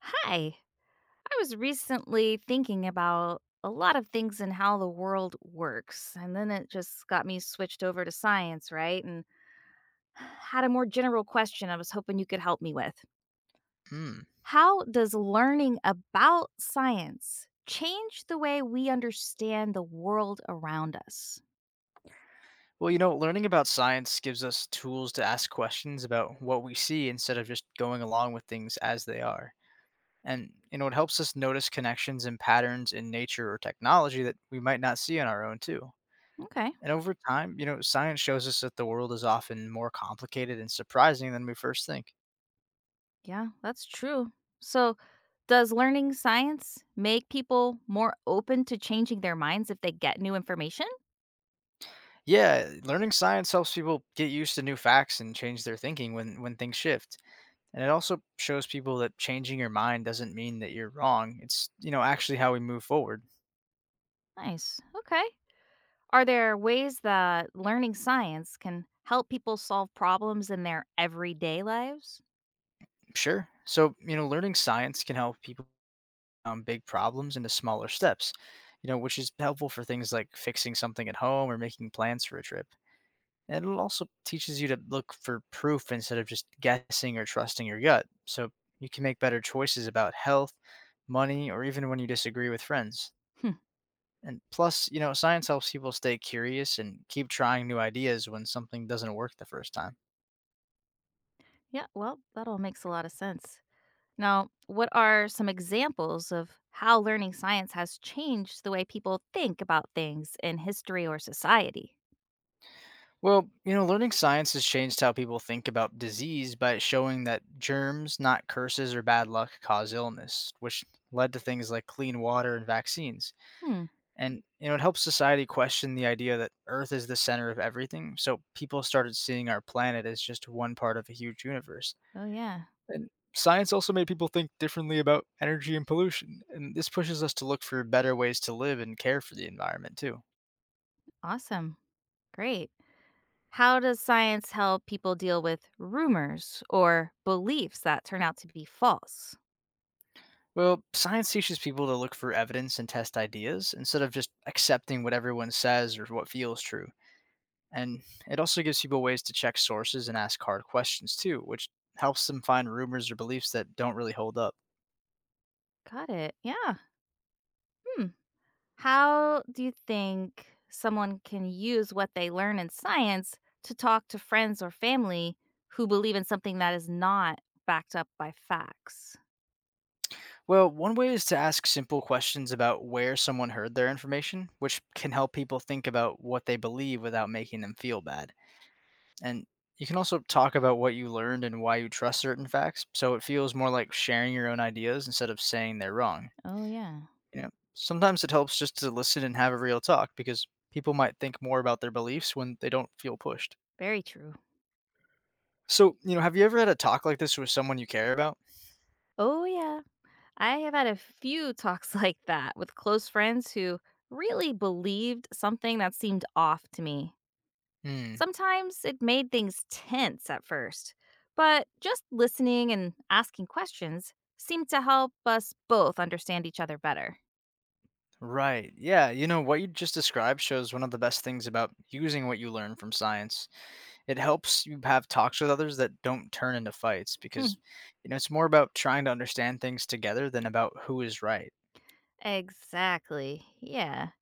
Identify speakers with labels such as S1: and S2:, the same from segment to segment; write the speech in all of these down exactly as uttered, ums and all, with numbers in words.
S1: Hi. I was recently thinking about a lot of things and how the world works, and then it just got me switched over to science, right? And had a more general question I was hoping you could help me with.
S2: Hmm.
S1: How does learning about science change the way we understand the world around us?
S2: Well, you know, learning about science gives us tools to ask questions about what we see instead of just going along with things as they are. And, you know, it helps us notice connections and patterns in nature or technology that we might not see on our own, too.
S1: Okay.
S2: And over time, you know, science shows us that the world is often more complicated and surprising than we first think.
S1: Yeah, that's true. So, does learning science make people more open to changing their minds if they get new information?
S2: Yeah, learning science helps people get used to new facts and change their thinking when when things shift. And it also shows people that changing your mind doesn't mean that you're wrong. It's, you know, actually how we move forward.
S1: Nice. Okay. Are there ways that learning science can help people solve problems in their everyday lives?
S2: Sure. So, you know, learning science can help people um, big problems into smaller steps, you know, which is helpful for things like fixing something at home or making plans for a trip. And it also teaches you to look for proof instead of just guessing or trusting your gut. So you can make better choices about health, money, or even when you disagree with friends.
S1: Hmm.
S2: And plus, you know, science helps people stay curious and keep trying new ideas when something doesn't work the first time.
S1: Yeah, well, that all makes a lot of sense. Now, what are some examples of how learning science has changed the way people think about things in history or society?
S2: Well, you know, learning science has changed how people think about disease by showing that germs, not curses or bad luck, cause illness, which led to things like clean water and vaccines.
S1: Hmm.
S2: And you know, it helps society question the idea that Earth is the center of everything. So people started seeing our planet as just one part of a huge universe.
S1: Oh, yeah.
S2: And science also made people think differently about energy and pollution. And this pushes us to look for better ways to live and care for the environment too.
S1: Awesome. Great. How does science help people deal with rumors or beliefs that turn out to be false?
S2: Well, science teaches people to look for evidence and test ideas instead of just accepting what everyone says or what feels true. And it also gives people ways to check sources and ask hard questions too, which helps them find rumors or beliefs that don't really hold up.
S1: Got it. Yeah. Hmm. How do you think someone can use what they learn in science to talk to friends or family who believe in something that is not backed up by facts?
S2: Well, one way is to ask simple questions about where someone heard their information, which can help people think about what they believe without making them feel bad. And you can also talk about what you learned and why you trust certain facts, so it feels more like sharing your own ideas instead of saying they're wrong.
S1: Oh, yeah.
S2: You know, sometimes it helps just to listen and have a real talk because people might think more about their beliefs when they don't feel pushed.
S1: Very true.
S2: So, you know, have you ever had a talk like this with someone you care about?
S1: Oh, yeah. I have had a few talks like that with close friends who really believed something that seemed off to me.
S2: Hmm.
S1: Sometimes it made things tense at first, but just listening and asking questions seemed to help us both understand each other better.
S2: Right. Yeah. You know, what you just described shows one of the best things about using what you learn from science. It helps you have talks with others that don't turn into fights because, you know, it's more about trying to understand things together than about who is right.
S1: Exactly. Yeah.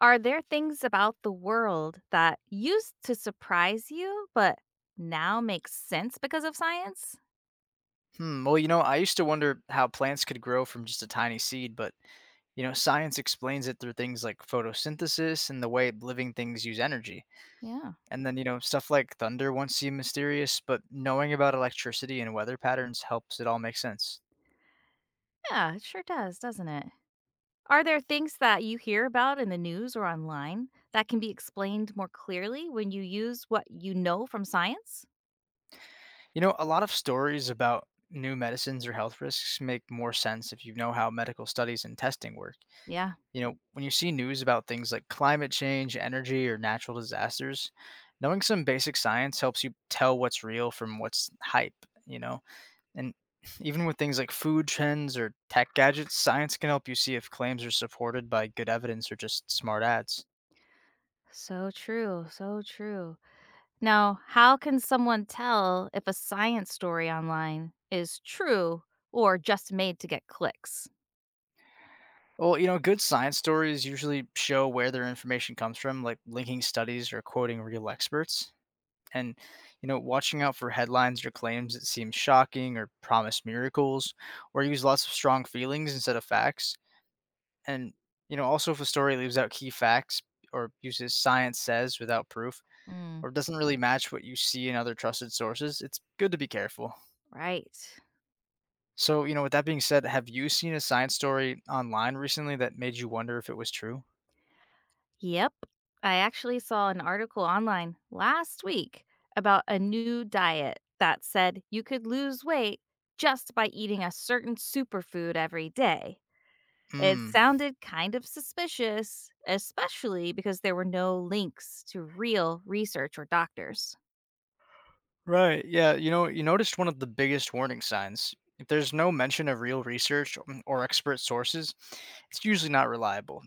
S1: Are there things about the world that used to surprise you, but now make sense because of science?
S2: Hmm. Well, you know, I used to wonder how plants could grow from just a tiny seed, but, you know, science explains it through things like photosynthesis and the way living things use energy.
S1: Yeah.
S2: And then, you know, stuff like thunder once seemed mysterious, but knowing about electricity and weather patterns helps it all make sense.
S1: Yeah, it sure does, doesn't it? Are there things that you hear about in the news or online that can be explained more clearly when you use what you know from science?
S2: You know, a lot of stories about new medicines or health risks make more sense if you know how medical studies and testing work.
S1: Yeah.
S2: You know, when you see news about things like climate change, energy, or natural disasters, knowing some basic science helps you tell what's real from what's hype, you know? And even with things like food trends or tech gadgets, science can help you see if claims are supported by good evidence or just smart ads.
S1: So true. So true. Now, how can someone tell if a science story online is true or just made to get clicks?
S2: Well, you know, good science stories usually show where their information comes from, like linking studies or quoting real experts. And, you know, watching out for headlines or claims that seem shocking or promise miracles or use lots of strong feelings instead of facts. And, you know, also if a story leaves out key facts or uses science says without proof
S1: Mm,
S2: or doesn't really match what you see in other trusted sources, it's good to be careful.
S1: right.
S2: So, you know, with that being said, have you seen a science story online recently that made you wonder if it was true?
S1: Yep. I actually saw an article online last week about a new diet that said you could lose weight just by eating a certain superfood every day. It
S2: Hmm.
S1: sounded kind of suspicious, especially because there were no links to real research or doctors.
S2: Right. Yeah. You know, you noticed one of the biggest warning signs. If there's no mention of real research or or expert sources, it's usually not reliable.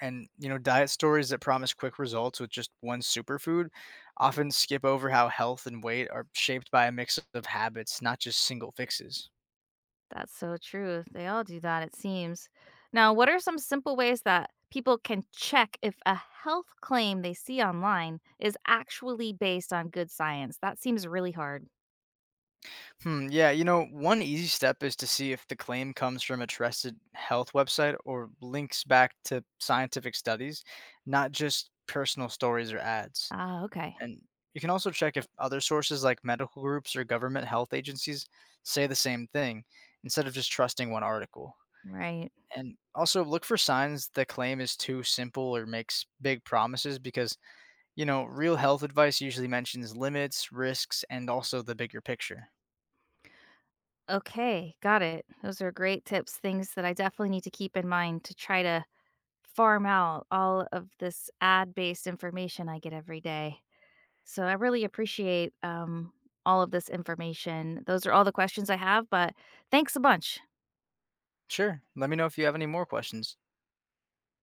S2: And, you know, diet stories that promise quick results with just one superfood often skip over how health and weight are shaped by a mix of habits, not just single fixes.
S1: That's so true. They all do that, it seems. Now, what are some simple ways that people can check if a health claim they see online is actually based on good science? That seems really hard.
S2: Hmm. Yeah. You know, one easy step is to see if the claim comes from a trusted health website or links back to scientific studies, not just personal stories or ads.
S1: Ah, okay.
S2: And you can also check if other sources like medical groups or government health agencies say the same thing instead of just trusting one article.
S1: Right.
S2: And also look for signs the claim is too simple or makes big promises because, you know, real health advice usually mentions limits, risks, and also the bigger picture.
S1: Okay, got it. Those are great tips, things that I definitely need to keep in mind to try to farm out all of this ad based information I get every day. So I really appreciate um, all of this information. Those are all the questions I have, but thanks a bunch.
S2: Sure, let me know if you have any more questions.